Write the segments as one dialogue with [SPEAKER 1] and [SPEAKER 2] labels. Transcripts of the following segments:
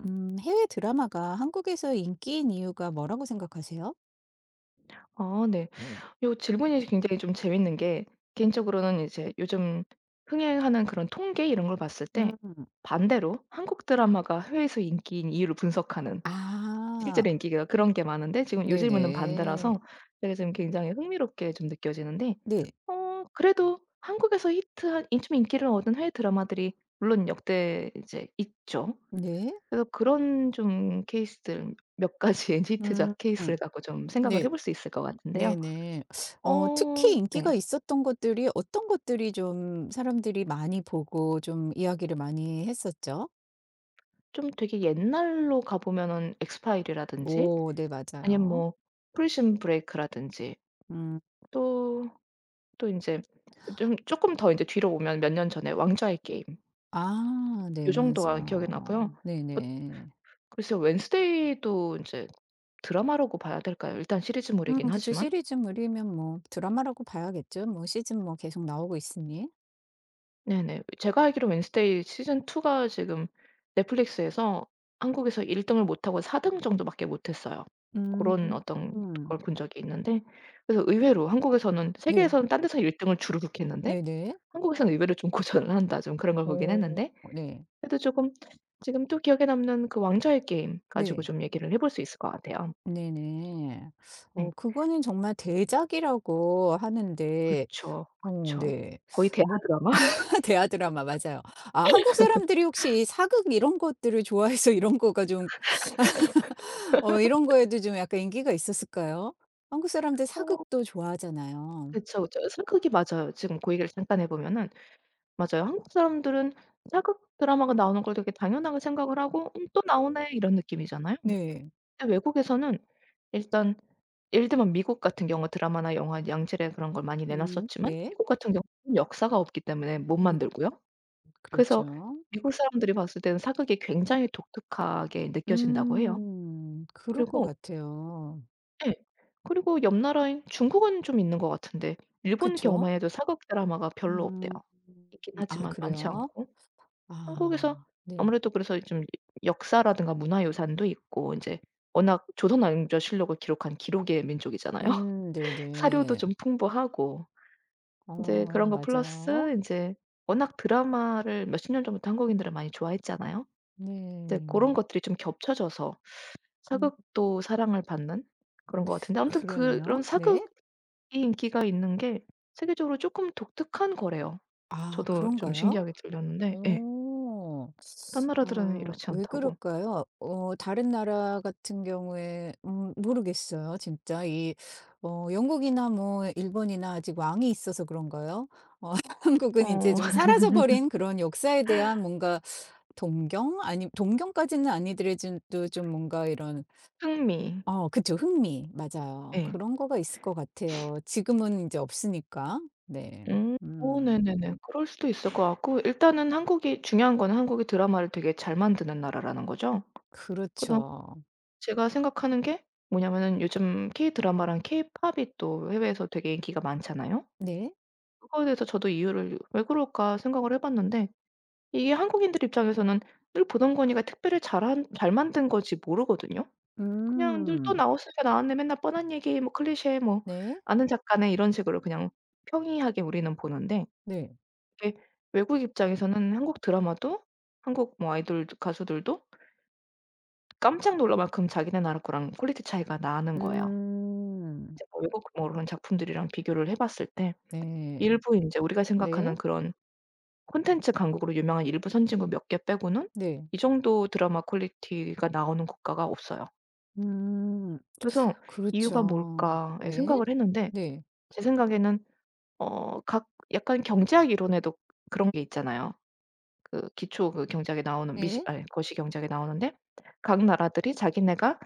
[SPEAKER 1] 해외 드라마가 한국에서 인기인 이유가 뭐라고 생각하세요?
[SPEAKER 2] 아, 네. 요 질문이 굉장히 좀 재밌는 게, 개인적으로는 이제 요즘 흥행하는 그런 통계 이런 걸 봤을 때
[SPEAKER 1] 음.
[SPEAKER 2] 반대로 한국 드라마가 해외에서 인기인 이유를 분석하는,
[SPEAKER 1] 아.
[SPEAKER 2] 실제로 인기가 그런 게 많은데, 지금 요 질문은
[SPEAKER 1] 네네.
[SPEAKER 2] 반대라서 되게 지금 굉장히 흥미롭게 좀 느껴지는데,
[SPEAKER 1] 네.
[SPEAKER 2] 그래도 한국에서 히트한 좀 인기를 얻은 해외 드라마들이 물론 역대 이제 있죠.
[SPEAKER 1] 네.
[SPEAKER 2] 그래서 그런 좀 케이스들 몇 가지의
[SPEAKER 1] 음.
[SPEAKER 2] 히트작 케이스를
[SPEAKER 1] 음.
[SPEAKER 2] 갖고 좀 생각을 해
[SPEAKER 1] 네.
[SPEAKER 2] 볼 수 있을 것 같은데요.
[SPEAKER 1] 네네. 어 특히
[SPEAKER 2] 어, 네.
[SPEAKER 1] 인기가 있었던 것들이 어떤 것들이 좀 사람들이 많이 보고 좀 이야기를 많이 했었죠?
[SPEAKER 2] 좀 되게 옛날로 가 보면은 엑스파일이라든지,
[SPEAKER 1] 오 네
[SPEAKER 2] 아니면
[SPEAKER 1] 맞아요.
[SPEAKER 2] 뭐 프리즌 브레이크라든지,
[SPEAKER 1] 음.
[SPEAKER 2] 또, 또 인제 좀 쪼끔 더 인제 뒤로 오면 몇 년 전에 왕좌의 게임,
[SPEAKER 1] 아
[SPEAKER 2] 요
[SPEAKER 1] 네
[SPEAKER 2] 정도가 기억이 나고요.
[SPEAKER 1] 맞아요.
[SPEAKER 2] 뭐,
[SPEAKER 1] 네네.
[SPEAKER 2] 글쎄요, 웬스데이도 인제 드라마라고 봐야 될까요? 일단 시리즈물이긴
[SPEAKER 1] 그쵸.
[SPEAKER 2] 하지만.
[SPEAKER 1] 시리즈물이면 뭐 드라마라고 봐야겠죠. 뭐 시즌 뭐 계속 나오고 있으니.
[SPEAKER 2] 네네. 제가 알기로 웬스데이 시즌 2가 지금 넷플릭스에서 한국에서 1 등을 못 하고 4등 정도밖에 못 했어요. 고런
[SPEAKER 1] 음.
[SPEAKER 2] 어떤
[SPEAKER 1] 음.
[SPEAKER 2] 걸 본 적이 있는데, 그래서 의외로 한국에서는,
[SPEAKER 1] 네.
[SPEAKER 2] 세계에서는 딴 데서 1 등을 주르륵 했는데
[SPEAKER 1] 네네.
[SPEAKER 2] 한국에서는 의외로 좀 고전을 한다, 좀 그런 걸 보긴
[SPEAKER 1] 어
[SPEAKER 2] 했는데
[SPEAKER 1] 네.
[SPEAKER 2] 그래도 조금 지금 또 기억에 남는 그 왕좌의 게임 가지고
[SPEAKER 1] 네.
[SPEAKER 2] 좀 얘기를 해볼 수 있을 것 같아요.
[SPEAKER 1] 네네.
[SPEAKER 2] 네.
[SPEAKER 1] 어 그거는 정말 대작이라고 하는데
[SPEAKER 2] 그쵸.
[SPEAKER 1] 어
[SPEAKER 2] 그쵸.
[SPEAKER 1] 네.
[SPEAKER 2] 거의 대하
[SPEAKER 1] 뭐
[SPEAKER 2] 드라마?
[SPEAKER 1] 대하 드라마 맞아요. 아 한국 사람들이 혹시 사극 이런 것들을 좋아해서 이런 거가 좀 어 이런 거에도 좀 약간 인기가 있었을까요? 한국 사람들
[SPEAKER 2] 어,
[SPEAKER 1] 사극도 좋아하잖아요.
[SPEAKER 2] 그쵸, 그쵸. 슬크기 맞아요. 지금 그 얘기를 잠깐 해 보면은, 맞아요. 한국 사람들은 사극 드라마가 나오는 걸 되게 당연하게 생각을 하고 '음, 또 나오네.' 이런 느낌이잖아요.
[SPEAKER 1] 네.
[SPEAKER 2] 근데 외국에서는 일단, 예를 들면 미국 같은 경우 드라마나 영화 양질의 그런 걸 많이 내놨었지만
[SPEAKER 1] 네.
[SPEAKER 2] 미국 같은 경우는 역사가 없기 때문에 못
[SPEAKER 1] 음
[SPEAKER 2] 만들고요. 그래서
[SPEAKER 1] 그렇죠.
[SPEAKER 2] 미국 사람들이 봤을 때는 사극이 굉장히 독특하게 느껴진다고 해요.
[SPEAKER 1] 음. 그럴 것
[SPEAKER 2] 그리고,
[SPEAKER 1] 같아요.
[SPEAKER 2] 예. 그리고 옆 나라인 중국은 좀 있는 것 같은데 일본
[SPEAKER 1] 그쵸?
[SPEAKER 2] 경우만 해도 사극 드라마가 별로 없대요.
[SPEAKER 1] 음.
[SPEAKER 2] 있긴
[SPEAKER 1] 아
[SPEAKER 2] 하지만 많지
[SPEAKER 1] 그래요?
[SPEAKER 2] 않고. 한국에서
[SPEAKER 1] 아 네.
[SPEAKER 2] 아무래도 그래서 좀 역사라든가 문화유산도 있고 이제, 워낙 조선왕조 실록을 기록한 기록의 민족이잖아요. 사료도
[SPEAKER 1] 네네.
[SPEAKER 2] 좀 풍부하고, 이제 그런
[SPEAKER 1] 어
[SPEAKER 2] 거
[SPEAKER 1] 맞아요.
[SPEAKER 2] 플러스 이제 워낙 드라마를 몇십 년 전부터 한국인들은 많이 좋아했잖아요. 이제 그
[SPEAKER 1] 네.
[SPEAKER 2] 런 것들이 좀 겹쳐져서
[SPEAKER 1] 음
[SPEAKER 2] 사극도 사랑을 받는 그런 것 같은데, 아무튼
[SPEAKER 1] 그러네요.
[SPEAKER 2] 그런
[SPEAKER 1] 네.
[SPEAKER 2] 사극이 인기가 있는 게 세계적으로 조금 독특한 거래요.
[SPEAKER 1] 아
[SPEAKER 2] 저도 좀
[SPEAKER 1] 그런가요?
[SPEAKER 2] 신기하게 들렸는데, 예.
[SPEAKER 1] 오,
[SPEAKER 2] 딴 나라들은
[SPEAKER 1] 아
[SPEAKER 2] 이렇지
[SPEAKER 1] 왜
[SPEAKER 2] 않다고.
[SPEAKER 1] 그럴까요? 어 다른 나라 같은 경우에 모르겠어요 진짜. 이 어 영국이나 뭐 일본이나 아직 왕이 있어서 그런가요? 어 한국은 이제
[SPEAKER 2] 어.
[SPEAKER 1] 좀 사라져 버린 그런 역사에 대한 뭔가 동경? 아니 동경까지는 아니더라도 좀 뭔가 이런
[SPEAKER 2] 흥미.
[SPEAKER 1] 어 그쵸. 흥미. 맞아요.
[SPEAKER 2] 예.
[SPEAKER 1] 그런 거가 있을 것 같아요. 지금은 이제 없으니까. 네.
[SPEAKER 2] 음. 어,
[SPEAKER 1] 음.
[SPEAKER 2] 네네네. 그럴 수도 있을 것 같고, 일단은 한국이 중요한 거는 한국이 드라마를 되게 잘 만드는 나라라는 거죠. 그래서
[SPEAKER 1] 그렇죠.
[SPEAKER 2] 제가 생각하는 게 뭐냐면은 요즘 K-드라마랑 K-팝이 또 해외에서 되게 인기가 많잖아요.
[SPEAKER 1] 네.
[SPEAKER 2] 그거에 대해서 저도 이유를 '왜 그럴까?' 생각을 해 봤는데, 이게 한국인들 입장에서는 늘 보던 거니까 특별히 잘한 잘 만든 거지 모르거든요. 그냥 늘 또
[SPEAKER 1] 음.
[SPEAKER 2] 나왔으니까 나왔네, 맨날 뻔한 얘기, 뭐 클리셰, 뭐
[SPEAKER 1] 네.
[SPEAKER 2] 아는 작가네, 이런 식으로 그냥 평이하게 우리는 보는데,
[SPEAKER 1] 네.
[SPEAKER 2] 이게 외국 입장에서는 한국 드라마도, 한국 뭐 아이돌 가수들도 깜짝 놀랄 만큼 자기네 나라 거랑 퀄리티 차이가 나는 거예요.
[SPEAKER 1] 음.
[SPEAKER 2] 이제 뭐 외국 뭐 그런 작품들이랑 비교를 해 봤을 때
[SPEAKER 1] 네.
[SPEAKER 2] 일부 인제 우리가
[SPEAKER 1] 네.
[SPEAKER 2] 생각하는 그런 콘텐츠 강국으로 유명한 일부 선진국 몇 개 빼고는
[SPEAKER 1] 네.
[SPEAKER 2] 이 정도 드라마 퀄리티가 나오는 국가가 없어요.
[SPEAKER 1] 음.
[SPEAKER 2] 그래서 '이유가
[SPEAKER 1] 그렇죠.
[SPEAKER 2] 뭘까.'에
[SPEAKER 1] 네.
[SPEAKER 2] 생각을 했는데,
[SPEAKER 1] 네.
[SPEAKER 2] 제 생각에는, 어 각 약간 경제학 이론에도 그런 게 있잖아요. 그 기초, 그 경제학에 나오는, 미시
[SPEAKER 1] 네.
[SPEAKER 2] 아니 거시 경제학에 나오는데, 각 나라들이 자기네가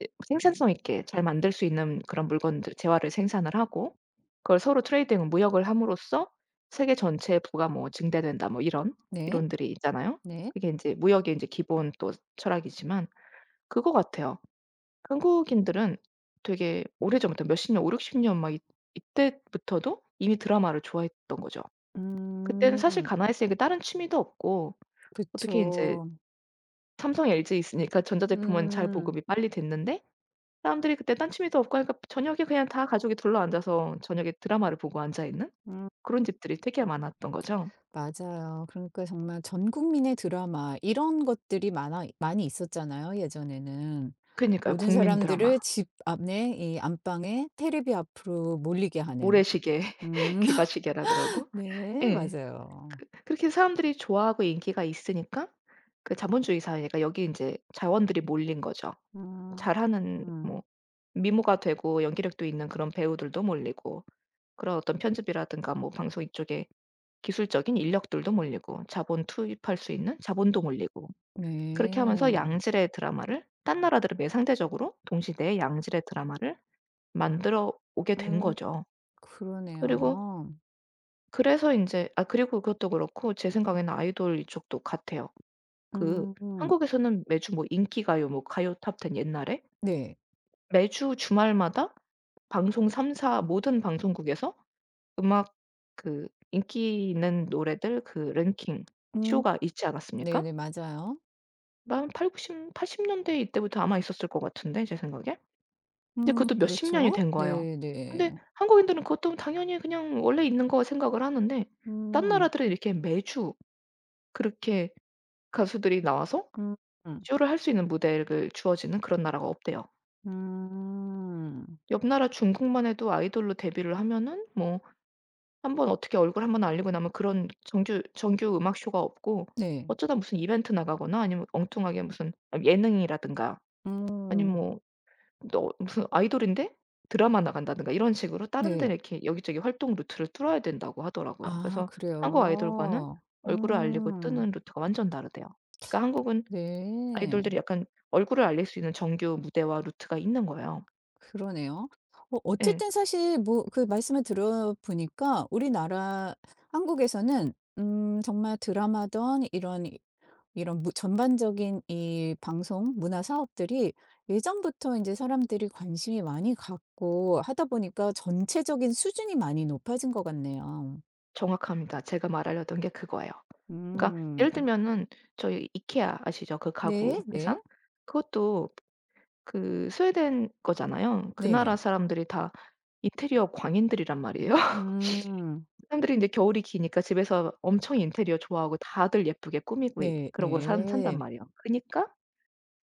[SPEAKER 2] 이 생산성 있게 잘 만들 수 있는 그런 물건들, 재화를 생산을 하고 그걸 서로 트레이딩, 무역을 함으로써 세계 전체의 부가 뭐 증대된다 뭐 이런
[SPEAKER 1] 네.
[SPEAKER 2] 이론들이 있잖아요.
[SPEAKER 1] 네.
[SPEAKER 2] 그게 인제 무역의 인제 기본 또 철학이지만 그거 같아요. 한국인들은 되게 오래전부터 몇십 년, 오륙십 년 막 이 이때부터도 이미 드라마를 좋아했던 거죠. 그때는 사실
[SPEAKER 1] 음.
[SPEAKER 2] 가나했으니까 다른 취미도 없고, 어떻게 인제
[SPEAKER 1] 그쵸.
[SPEAKER 2] 삼성, LG 있으니까 전자제품은 잘
[SPEAKER 1] 음.
[SPEAKER 2] 보급이 빨리 됐는데, 사람들이 그때 딴 취미도 없고 하니까 저녁에 그냥 다 가족이 둘러앉아서 저녁에 드라마를 보고 앉아 있는
[SPEAKER 1] 음.
[SPEAKER 2] 그런 집들이 되게 많았던 거죠.
[SPEAKER 1] 맞아요. 그러니까 정말 전 국민의 드라마 이런 것들이 많아 많이 있었잖아요, 예전에는.
[SPEAKER 2] 그니까요.
[SPEAKER 1] 모든
[SPEAKER 2] 국민 드라마.
[SPEAKER 1] 사람들을 집 앞에 이 안방에 테레비 앞으로 몰리게 하는.
[SPEAKER 2] 모래시계,
[SPEAKER 1] 음.
[SPEAKER 2] 귀가시계라 그러고.
[SPEAKER 1] 네.
[SPEAKER 2] 예.
[SPEAKER 1] 맞아요.
[SPEAKER 2] 그렇게 사람들이 좋아하고 인기가 있으니까, 그 자본주의 사회니까 여기 이제 자원들이 몰린 거죠.
[SPEAKER 1] 음.
[SPEAKER 2] 잘하는
[SPEAKER 1] 음.
[SPEAKER 2] 뭐 미모가 되고 연기력도 있는 그런 배우들도 몰리고, 그런 어떤 편집이라든가 뭐 방송 이쪽에 기술적인 인력들도 몰리고, 자본 투입할 수 있는 자본도 몰리고, 그렇게 하면서
[SPEAKER 1] 네.
[SPEAKER 2] 양질의 드라마를 딴 나라들에 비해 상대적으로 동시대에 양질의 드라마를 만들어 오게 된
[SPEAKER 1] 음.
[SPEAKER 2] 거죠. 그리고,
[SPEAKER 1] 그러네요.
[SPEAKER 2] 그래서 인제, 그리고 그것도 그렇고 제 생각에는 아이돌 이쪽도 같아요. 그,
[SPEAKER 1] 음.
[SPEAKER 2] 한국에서는 매주 뭐 인기가요, 뭐 가요 탑 10 옛날에
[SPEAKER 1] 네.
[SPEAKER 2] 매주 주말마다 방송 3사 모든 방송국에서 음악, 그 인기 있는 노래들, 그 랭킹
[SPEAKER 1] 음.
[SPEAKER 2] 쇼가 있지 않았습니까?
[SPEAKER 1] 네네. 맞아요.
[SPEAKER 2] 한 80 팔십 년대 이때부터 아마 있었을 것 같은데 제 생각에. 근데
[SPEAKER 1] 음.
[SPEAKER 2] 그것도 몇십 년이
[SPEAKER 1] 그렇죠.
[SPEAKER 2] 된 거예요. 근데
[SPEAKER 1] 네네.
[SPEAKER 2] 한국인들은 그것도 당연히 그냥 원래 있는 거 생각을 하는데, 딴
[SPEAKER 1] 음.
[SPEAKER 2] 나라들은 이렇게 매주 그렇게 가수들이 나와서
[SPEAKER 1] 음. 음.
[SPEAKER 2] 쇼를 할 수 있는 무대를 주어지는 그런 나라가 없대요.
[SPEAKER 1] 음.
[SPEAKER 2] 옆 나라 중국만 해도 아이돌로 데뷔를 하면은, 뭐 한번 어떻게 얼굴 한번 알리고 나면 그런 정규 음악 쇼가 없고,
[SPEAKER 1] 네.
[SPEAKER 2] 어쩌다 무슨 이벤트 나가거나 아니면 엉뚱하게 무슨 예능이라든가, 아니면
[SPEAKER 1] 음.
[SPEAKER 2] 뭐 너 무슨 아이돌인데 드라마 나간다든가 이런 식으로 다른 데
[SPEAKER 1] 네.
[SPEAKER 2] 이렇게 여기저기 활동 루트를 뚫어야 된다고 하더라고요.
[SPEAKER 1] 아
[SPEAKER 2] 그래서 한국 아이돌과는
[SPEAKER 1] 그래요?
[SPEAKER 2] 얼굴을 알리고
[SPEAKER 1] 음.
[SPEAKER 2] 뜨는 루트가 완전 다르대요. 그러니까 한국은
[SPEAKER 1] 네.
[SPEAKER 2] 아이돌들이 약간 얼굴을 알릴 수 있는 정규 무대와 루트가 있는 거예요.
[SPEAKER 1] 그러네요. 어
[SPEAKER 2] 예.
[SPEAKER 1] 어쨌든 사실 뭐 그 말씀을 들어 보니까 우리나라 한국에서는 정말 드라마든 이런 이 이런 무 전반적인 이 방송 문화 사업들이 예전부터 이제 사람들이 관심이 많이 갖고 하다 보니까 전체적인 수준이 많이 높아진 것 같네요.
[SPEAKER 2] 정확합니다. 제가 말하려던 게 그거예요. 그러니까 예를
[SPEAKER 1] 음.
[SPEAKER 2] 들면은, 저희 이케아 아시죠? 그 가구
[SPEAKER 1] 네. 네.
[SPEAKER 2] 회사? 그것도 그 스웨덴 거잖아요. 그 나라
[SPEAKER 1] 네.
[SPEAKER 2] 사람들이 다 인테리어 광인들이란 말이에요.
[SPEAKER 1] 음.
[SPEAKER 2] 사람들이 인제 겨울이 기니까 집에서 엄청 인테리어 좋아하고 다들 예쁘게 꾸미고 이
[SPEAKER 1] 네
[SPEAKER 2] 그러고 산 산단
[SPEAKER 1] 네.
[SPEAKER 2] 말이에요. 그니까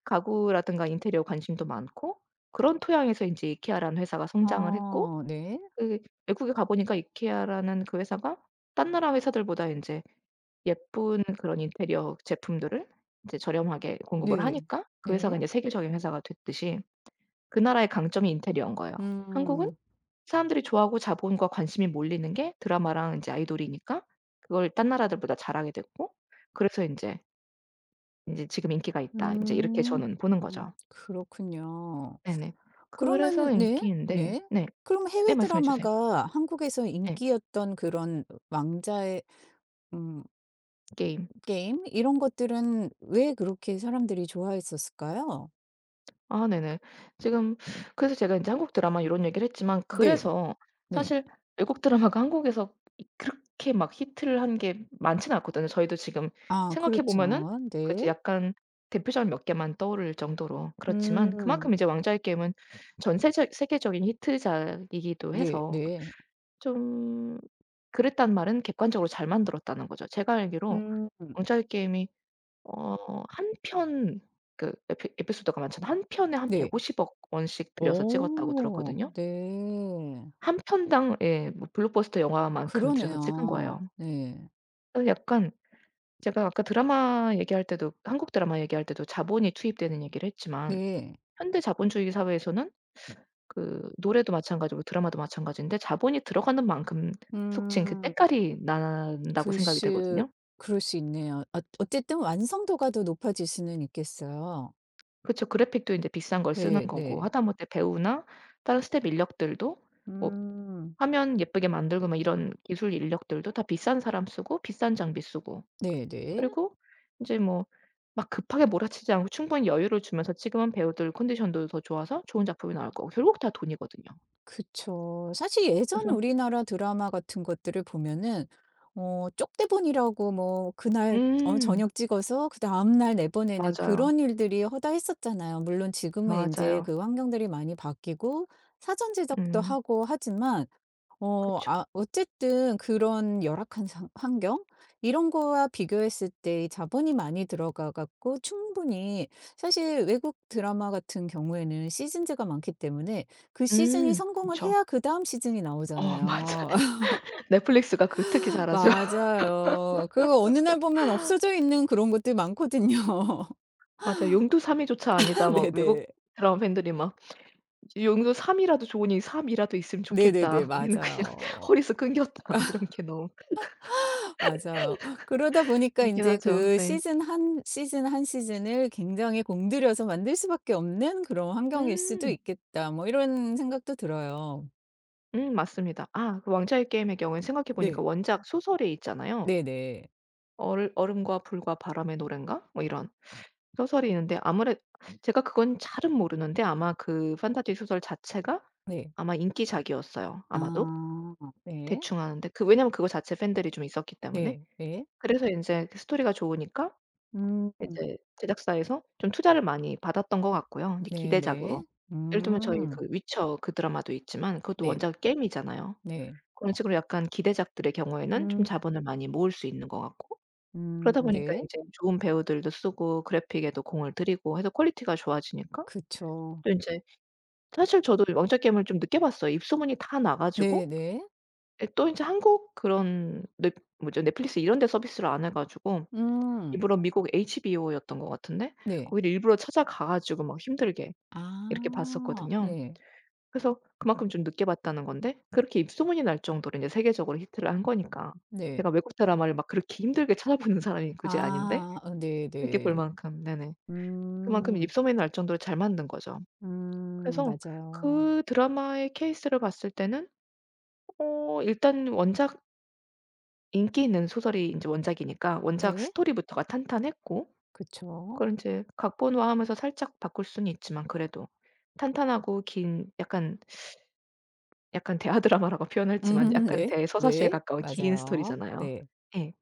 [SPEAKER 2] 가구라든가 인테리어 관심도 많고, 그런 토양에서 인제 이케아라는 회사가 성장을 했고,
[SPEAKER 1] 아 네.
[SPEAKER 2] 그, 외국에 가 보니까 이케아라는 그 회사가 딴 나라 회사들보다 인제 예쁜 그런 인테리어 제품들을 이제 저렴하게 공급을
[SPEAKER 1] 네.
[SPEAKER 2] 하니까 그
[SPEAKER 1] 네.
[SPEAKER 2] 회사가 인제 세계적인 회사가 됐듯이, 그 나라의 강점이 인테리어인 거예요. 한국은
[SPEAKER 1] 음.
[SPEAKER 2] 사람들이 좋아하고 자본과 관심이 몰리는 게 드라마랑 이제 아이돌이니까 그걸 딴 나라들보다 잘하게 됐고, 그래서 인제 '지금 인기가 있다.' 인제 이렇게
[SPEAKER 1] 음.
[SPEAKER 2] 저는 보는 거죠.
[SPEAKER 1] 그렇군요.
[SPEAKER 2] 네네. 그래서
[SPEAKER 1] 그러면은 네.
[SPEAKER 2] 인기인데,
[SPEAKER 1] 네.
[SPEAKER 2] 네.
[SPEAKER 1] 그럼
[SPEAKER 2] 네,
[SPEAKER 1] 해외
[SPEAKER 2] 말씀해 주세요.
[SPEAKER 1] 드라마가 한국에서
[SPEAKER 2] 예.
[SPEAKER 1] 인기였던 그런 왕자의 음
[SPEAKER 2] 게임.
[SPEAKER 1] 게임 이런 것들은 왜 그렇게 사람들이 좋아했었을까요?
[SPEAKER 2] 아, 네네. 지금, 그래서 제가 인제 한국 드라마 이런 얘기를 했지만
[SPEAKER 1] 네.
[SPEAKER 2] 그래서
[SPEAKER 1] 네.
[SPEAKER 2] 사실 외국 드라마가 한국에서 이 그렇게 막 히트를 한 게 많지는 않거든요. 저희도 지금
[SPEAKER 1] 아
[SPEAKER 2] 생각해 보면은,
[SPEAKER 1] 그렇죠.
[SPEAKER 2] 그치,
[SPEAKER 1] 네.
[SPEAKER 2] 약간 대표작 몇 개만 떠오를 정도로. 그렇지만
[SPEAKER 1] 음.
[SPEAKER 2] 그만큼 이제 왕좌의 게임은 전 세적 세계적인 히트작이기도
[SPEAKER 1] 네
[SPEAKER 2] 해서
[SPEAKER 1] 네.
[SPEAKER 2] 좀 그랬단 말은 객관적으로 잘 만들었다는 거죠. 제가 알기로
[SPEAKER 1] 음.
[SPEAKER 2] 왕좌의 게임이, 한 편, 그 에피소드가 많잖아. 한 편에 한 1
[SPEAKER 1] 네.
[SPEAKER 2] 5 0억 원씩 들여서 찍었다고
[SPEAKER 1] 오.
[SPEAKER 2] 들었거든요.
[SPEAKER 1] 네.
[SPEAKER 2] 한 편당 예 뭐 블록버스터 영화만큼 들여서 찍은 거예요.
[SPEAKER 1] 그러네요. 네.
[SPEAKER 2] 그래서 약간, 제가 아까 드라마 얘기할 때도, 한국 드라마 얘기할 때도 자본이 투입되는 얘기를 했지만,
[SPEAKER 1] 네.
[SPEAKER 2] 현대 자본주의 사회에서는 그 노래도 마찬가지고 드라마도 마찬가지인데 자본이 들어가는 만큼 속칭 그
[SPEAKER 1] 음.
[SPEAKER 2] 때깔이 난다고
[SPEAKER 1] 그럴
[SPEAKER 2] 생각이
[SPEAKER 1] 수
[SPEAKER 2] 되거든요.
[SPEAKER 1] 그럴 수 있네요. 어 어쨌든 완성도가 더 높아질 수는 있겠어요.
[SPEAKER 2] 그쵸. 그래픽도 인제 비싼 걸 쓰는
[SPEAKER 1] 네
[SPEAKER 2] 거고,
[SPEAKER 1] 네.
[SPEAKER 2] 하다못해 배우나 다른 스텝 인력들도 뭐
[SPEAKER 1] 음.
[SPEAKER 2] 화면 예쁘게 만들고 막 이런 기술 인력들도 다 비싼 사람 쓰고 비싼 장비 쓰고,
[SPEAKER 1] 네네.
[SPEAKER 2] 그리고 인제 뭐 막 급하게 몰아치지 않고 충분히 여유를 주면서 찍으면 배우들 컨디션도 더 좋아서 좋은 작품이 나올 거고, 결국 다 돈이거든요.
[SPEAKER 1] 그쵸. 사실 예전
[SPEAKER 2] 그래서.
[SPEAKER 1] 우리나라 드라마 같은 것들을 보면은 어 쪽대본이라고 뭐 그날 어
[SPEAKER 2] 음,
[SPEAKER 1] 저녁 찍어서 그다음 날 내보내는
[SPEAKER 2] 맞아요.
[SPEAKER 1] 그런 일들이 허다했었잖아요. 물론 지금은 이제
[SPEAKER 2] 맞아요.
[SPEAKER 1] 그 환경들이 많이 바뀌고 사전 제작도
[SPEAKER 2] 음,
[SPEAKER 1] 하고 하지만 어
[SPEAKER 2] 그쵸.
[SPEAKER 1] 아 어쨌든 그런 열악한 상 환경 이런 거와 비교했을 때 자본이 많이 들어가 갖고 충분히 사실 외국 드라마 같은 경우에는 시즌제가 많기 때문에 그 시즌이
[SPEAKER 2] 음,
[SPEAKER 1] 성공을
[SPEAKER 2] 그쵸.
[SPEAKER 1] 해야 그다음 시즌이
[SPEAKER 2] 어,
[SPEAKER 1] 나오잖아요.
[SPEAKER 2] 맞아요. 넷플릭스가 그 특히 잘하죠.
[SPEAKER 1] 맞아요. 그거 어느 날 보면 없어져 있는 그런 것들 많거든요.
[SPEAKER 2] 맞아요. 용두삼위조차 아니다." 막 외국
[SPEAKER 1] 네네.
[SPEAKER 2] 드라마 팬들이 막, "용도 3 이라도 좋으니 3 이라도 있으면
[SPEAKER 1] 네네네.
[SPEAKER 2] 좋겠다. 우리는 그냥
[SPEAKER 1] 맞아요.
[SPEAKER 2] 허리에서 끊겼다." 이런 게 너무
[SPEAKER 1] 맞아요. 그러다 보니까
[SPEAKER 2] 웃
[SPEAKER 1] 이
[SPEAKER 2] 긴
[SPEAKER 1] 제
[SPEAKER 2] 하죠.
[SPEAKER 1] 그
[SPEAKER 2] 네.
[SPEAKER 1] 시즌 한 시즌 한 시즌을 굉장히 공들여서 만들 수밖에 없는 그런 환경일 수도
[SPEAKER 2] 음.
[SPEAKER 1] 있겠다. 뭐 이런 생각도 들어요.
[SPEAKER 2] 음, 맞습니다. 아, 그 왕자의 게임의 경우엔 생각해 보니까
[SPEAKER 1] 네.
[SPEAKER 2] 원작 소설이 있잖아요.
[SPEAKER 1] 네네.
[SPEAKER 2] 얼 얼음과 불과 바람의 노래인가 뭐 이런 소설이 있는데, 아무래 제가 그건 잘은 모르는데 아마 그 판타지 소설 자체가
[SPEAKER 1] 네.
[SPEAKER 2] 아마 인기작이었어요, 아마도.
[SPEAKER 1] 아 네.
[SPEAKER 2] 대충 하는데, 그 왜냐면 그거 자체 팬들이 좀 있었기 때문에.
[SPEAKER 1] 네. 네.
[SPEAKER 2] 그래서 이제 그 스토리가 좋으니까
[SPEAKER 1] 음.
[SPEAKER 2] 이제 제작사에서 좀 투자를 많이 받았던 것 같고요, 이제 기대작으로.
[SPEAKER 1] 네네.
[SPEAKER 2] 예를 들면 저희
[SPEAKER 1] 음.
[SPEAKER 2] 그 위쳐, 그 드라마도 있지만 그것도
[SPEAKER 1] 네.
[SPEAKER 2] 원작이 게임이잖아요.
[SPEAKER 1] 네.
[SPEAKER 2] 그런 식으로 약간 기대작들의 경우에는 좀
[SPEAKER 1] 음.
[SPEAKER 2] 자본을 많이 모을 수 있는 것 같고, 그러다 보니까
[SPEAKER 1] 네.
[SPEAKER 2] 인제 좋은 배우들도 쓰고 그래픽에도 공을 들이고 해서 퀄리티가 좋아지니까
[SPEAKER 1] 그쵸.
[SPEAKER 2] 또 인제, 사실 저도 왕좌 게임을 좀 늦게 봤어요. 입소문이 다 나 가지고.
[SPEAKER 1] 네네.
[SPEAKER 2] 예 또 인제 한국 그런 넷 뭐죠 넷플릭스 이런 데 서비스를 안 해 가지고
[SPEAKER 1] 음.
[SPEAKER 2] 일부러 미국 HBO였던 것 같은데
[SPEAKER 1] 네.
[SPEAKER 2] 거기를 일부러 찾아가 가지고 막 힘들게 이렇게
[SPEAKER 1] 아.
[SPEAKER 2] 봤었거든요.
[SPEAKER 1] 네.
[SPEAKER 2] 그래서 그만큼 좀 늦게 봤다는 건데 그렇게 입소문이 날 정도로 인제 세계적으로 히트를 한 거니까.
[SPEAKER 1] 네.
[SPEAKER 2] 제가 외국 드라마를 막 그렇게 힘들게 찾아보는 사람이 굳이 아닌데
[SPEAKER 1] 아. 어
[SPEAKER 2] 이렇게 볼
[SPEAKER 1] 네네.
[SPEAKER 2] 만큼. 네네. 그만큼
[SPEAKER 1] 음.
[SPEAKER 2] 입소문이 날 정도로 잘 만든 거죠. 그래서
[SPEAKER 1] 맞아요.
[SPEAKER 2] 그 드라마의 케이스를 봤을 때는, 일단 원작, 인기 있는 소설이 인제 원작이니까 원작
[SPEAKER 1] 네.
[SPEAKER 2] 스토리부터가 탄탄했고,
[SPEAKER 1] 그쵸.
[SPEAKER 2] 그걸 이제 각본화하면서 살짝 바꿀 수는 있지만 그래도 탄탄하고 긴, 약간 대하 드라마라고 표현했지만 약간
[SPEAKER 1] 네.
[SPEAKER 2] 대서사시에
[SPEAKER 1] 네.
[SPEAKER 2] 가까운 긴
[SPEAKER 1] 맞아요.
[SPEAKER 2] 스토리잖아요.
[SPEAKER 1] 네.
[SPEAKER 2] 예.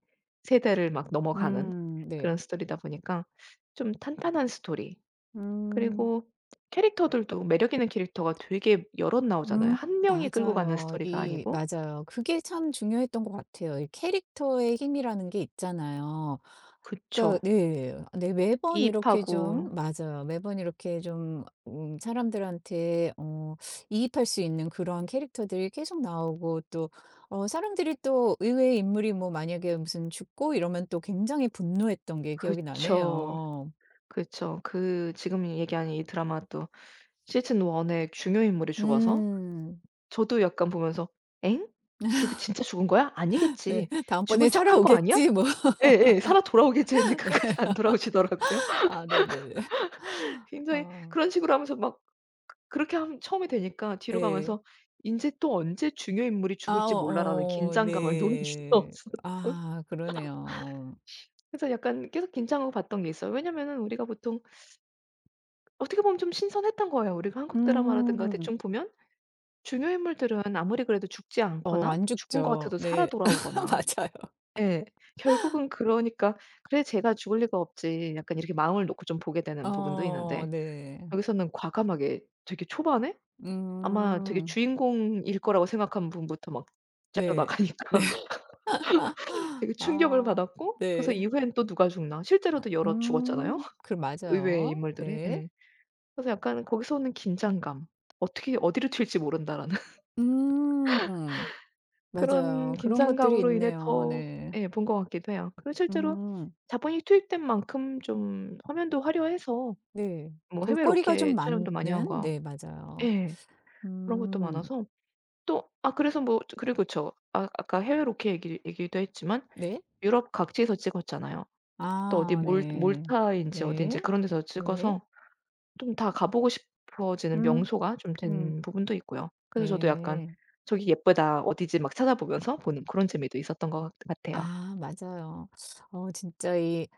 [SPEAKER 2] 세대를 막 넘어가는
[SPEAKER 1] 네.
[SPEAKER 2] 그런 스토리다 보니까 좀 탄탄한 스토리,
[SPEAKER 1] 음.
[SPEAKER 2] 그리고 캐릭터들도 매력 있는 캐릭터가 되게 여럿 나오잖아요. 한 명이 끌고 가는
[SPEAKER 1] 맞아요.
[SPEAKER 2] 스토리가
[SPEAKER 1] 이
[SPEAKER 2] 아니고.
[SPEAKER 1] 맞아요. 그게 참 중요했던 것 같아요. 이 캐릭터의 힘이라는 게 있잖아요.
[SPEAKER 2] 그쵸.
[SPEAKER 1] 그러니까 네. 네 매번 이렇게
[SPEAKER 2] 이입하고.
[SPEAKER 1] 좀 맞아요. 매번 이렇게 좀 사람들한테 어 이입할 수 있는 그런 캐릭터들이 계속 나오고 또 어 사람들이 또 의외의 인물이 뭐 만약에 무슨 죽고 이러면 또 굉장히 분노했던 게 기억이
[SPEAKER 2] 그쵸.
[SPEAKER 1] 나네요.
[SPEAKER 2] 그쵸. 그, 지금 얘기한 이 드라마도 시즌 1의 중요 인물이 죽어서
[SPEAKER 1] 음.
[SPEAKER 2] 저도 약간 보면서, '엥? 죽 진짜 죽은 거야?
[SPEAKER 1] 네.
[SPEAKER 2] 아니겠지.
[SPEAKER 1] '다음번에
[SPEAKER 2] 죽은 척한 거 아니야?'
[SPEAKER 1] 살아오겠지.' 뭐.
[SPEAKER 2] 예예. 살아 돌아오겠지 했는데 끝까지 안 돌아오시더라고요.
[SPEAKER 1] 아 네네네.
[SPEAKER 2] 굉장히
[SPEAKER 1] 아
[SPEAKER 2] 그런 식으로 하면서 막, 그렇게 하면 처음이 되니까 뒤로
[SPEAKER 1] 네.
[SPEAKER 2] 가면서 '인제 또 언제 중요 인물이
[SPEAKER 1] 아
[SPEAKER 2] 죽을지 몰라.'라는
[SPEAKER 1] 어어
[SPEAKER 2] 긴장감을 놓을 수가
[SPEAKER 1] 네.
[SPEAKER 2] 없었던.
[SPEAKER 1] 아 그러네요.
[SPEAKER 2] 그래서 약간 계속 긴장하고 봤던 게 있어요. 왜냐면은 우리가 보통, 어떻게 보면 좀 신선했던 거예요. 우리가 한국 드라마라든가
[SPEAKER 1] 음.
[SPEAKER 2] 대충 보면 중요 인물들은 아무리 그래도 죽지
[SPEAKER 1] 어
[SPEAKER 2] 않거나
[SPEAKER 1] 안
[SPEAKER 2] 죽은 것
[SPEAKER 1] 죽죠.
[SPEAKER 2] 같아도 살아
[SPEAKER 1] 네.
[SPEAKER 2] 돌아오거나.
[SPEAKER 1] 맞아요.
[SPEAKER 2] 예. 결국은 그러니까 '그래 쟤가 죽을 리가 없지.' 약간 이렇게 마음을 놓고 좀 보게 되는 부분도
[SPEAKER 1] 어
[SPEAKER 2] 있는데,
[SPEAKER 1] 네.
[SPEAKER 2] 여기서는 과감하게 되게 초반에 아마 되게
[SPEAKER 1] 음.
[SPEAKER 2] 주인공일 거라고 생각한 분부터 막 잘려
[SPEAKER 1] 네. 네.
[SPEAKER 2] 나가니까 되게 충격을
[SPEAKER 1] 아
[SPEAKER 2] 받았고, 그래서
[SPEAKER 1] 네.
[SPEAKER 2] 이후엔 또 누가 죽나, 실제로도 여럿 죽었잖아요,
[SPEAKER 1] 음. 그
[SPEAKER 2] 의외의
[SPEAKER 1] 맞아요.
[SPEAKER 2] 인물들이.
[SPEAKER 1] 네.
[SPEAKER 2] 예. 그래서 약간 거기서 오는 긴장감, '어떻게 어디로 튈지 모른다.'라는
[SPEAKER 1] 음.
[SPEAKER 2] 그런
[SPEAKER 1] 맞아요. 그런 것들이
[SPEAKER 2] 긴장감으로 인해
[SPEAKER 1] 있네요.
[SPEAKER 2] 더,
[SPEAKER 1] 네.
[SPEAKER 2] 예, 본 것 같기도 해요. 그리고 실제로
[SPEAKER 1] 음.
[SPEAKER 2] 자본이 투입된 만큼 좀 화면도 화려해서
[SPEAKER 1] 네.
[SPEAKER 2] 뭐 해외
[SPEAKER 1] 볼거리가 좀
[SPEAKER 2] 로켓
[SPEAKER 1] 많은
[SPEAKER 2] 촬영도 많이 한 것 같고.
[SPEAKER 1] 네 맞아요.
[SPEAKER 2] 예. 그런 것도
[SPEAKER 1] 음.
[SPEAKER 2] 많아서, 또 그래서, 뭐 그리고 아까 해외 로켓 얘기도 했지만
[SPEAKER 1] 네.
[SPEAKER 2] 유럽 각지에서 찍었잖아요. 또 어디
[SPEAKER 1] 아
[SPEAKER 2] 몰
[SPEAKER 1] 네.
[SPEAKER 2] 몰타인지 어딘지
[SPEAKER 1] 네.
[SPEAKER 2] 그런 데서
[SPEAKER 1] 네.
[SPEAKER 2] 찍어서, 좀 다 가 보고 싶어지는
[SPEAKER 1] 음.
[SPEAKER 2] 명소가 좀
[SPEAKER 1] 음.
[SPEAKER 2] 된 부분도 있고요. 그래서 저도 약간
[SPEAKER 1] 네.
[SPEAKER 2] '저기 예쁘다. 어디지?' 막 찾아보면서 보는 그런 재미도 있었던 것 같아요.
[SPEAKER 1] 아 맞아요. 어 진짜 이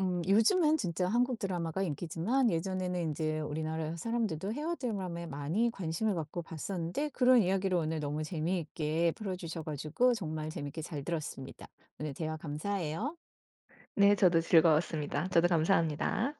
[SPEAKER 1] 요즘은 진짜 한국 드라마가 인기지만 예전에는 이제 우리나라 사람들도 해외 드라마에 많이 관심을 갖고 봤었는데 그런 이야기를 오늘 너무 재미있게 풀어 주셔 가지고 정말 재미있게 잘 들었습니다. 오늘 대화 감사해요.
[SPEAKER 2] 네. 저도 즐거웠습니다. 저도 감사합니다.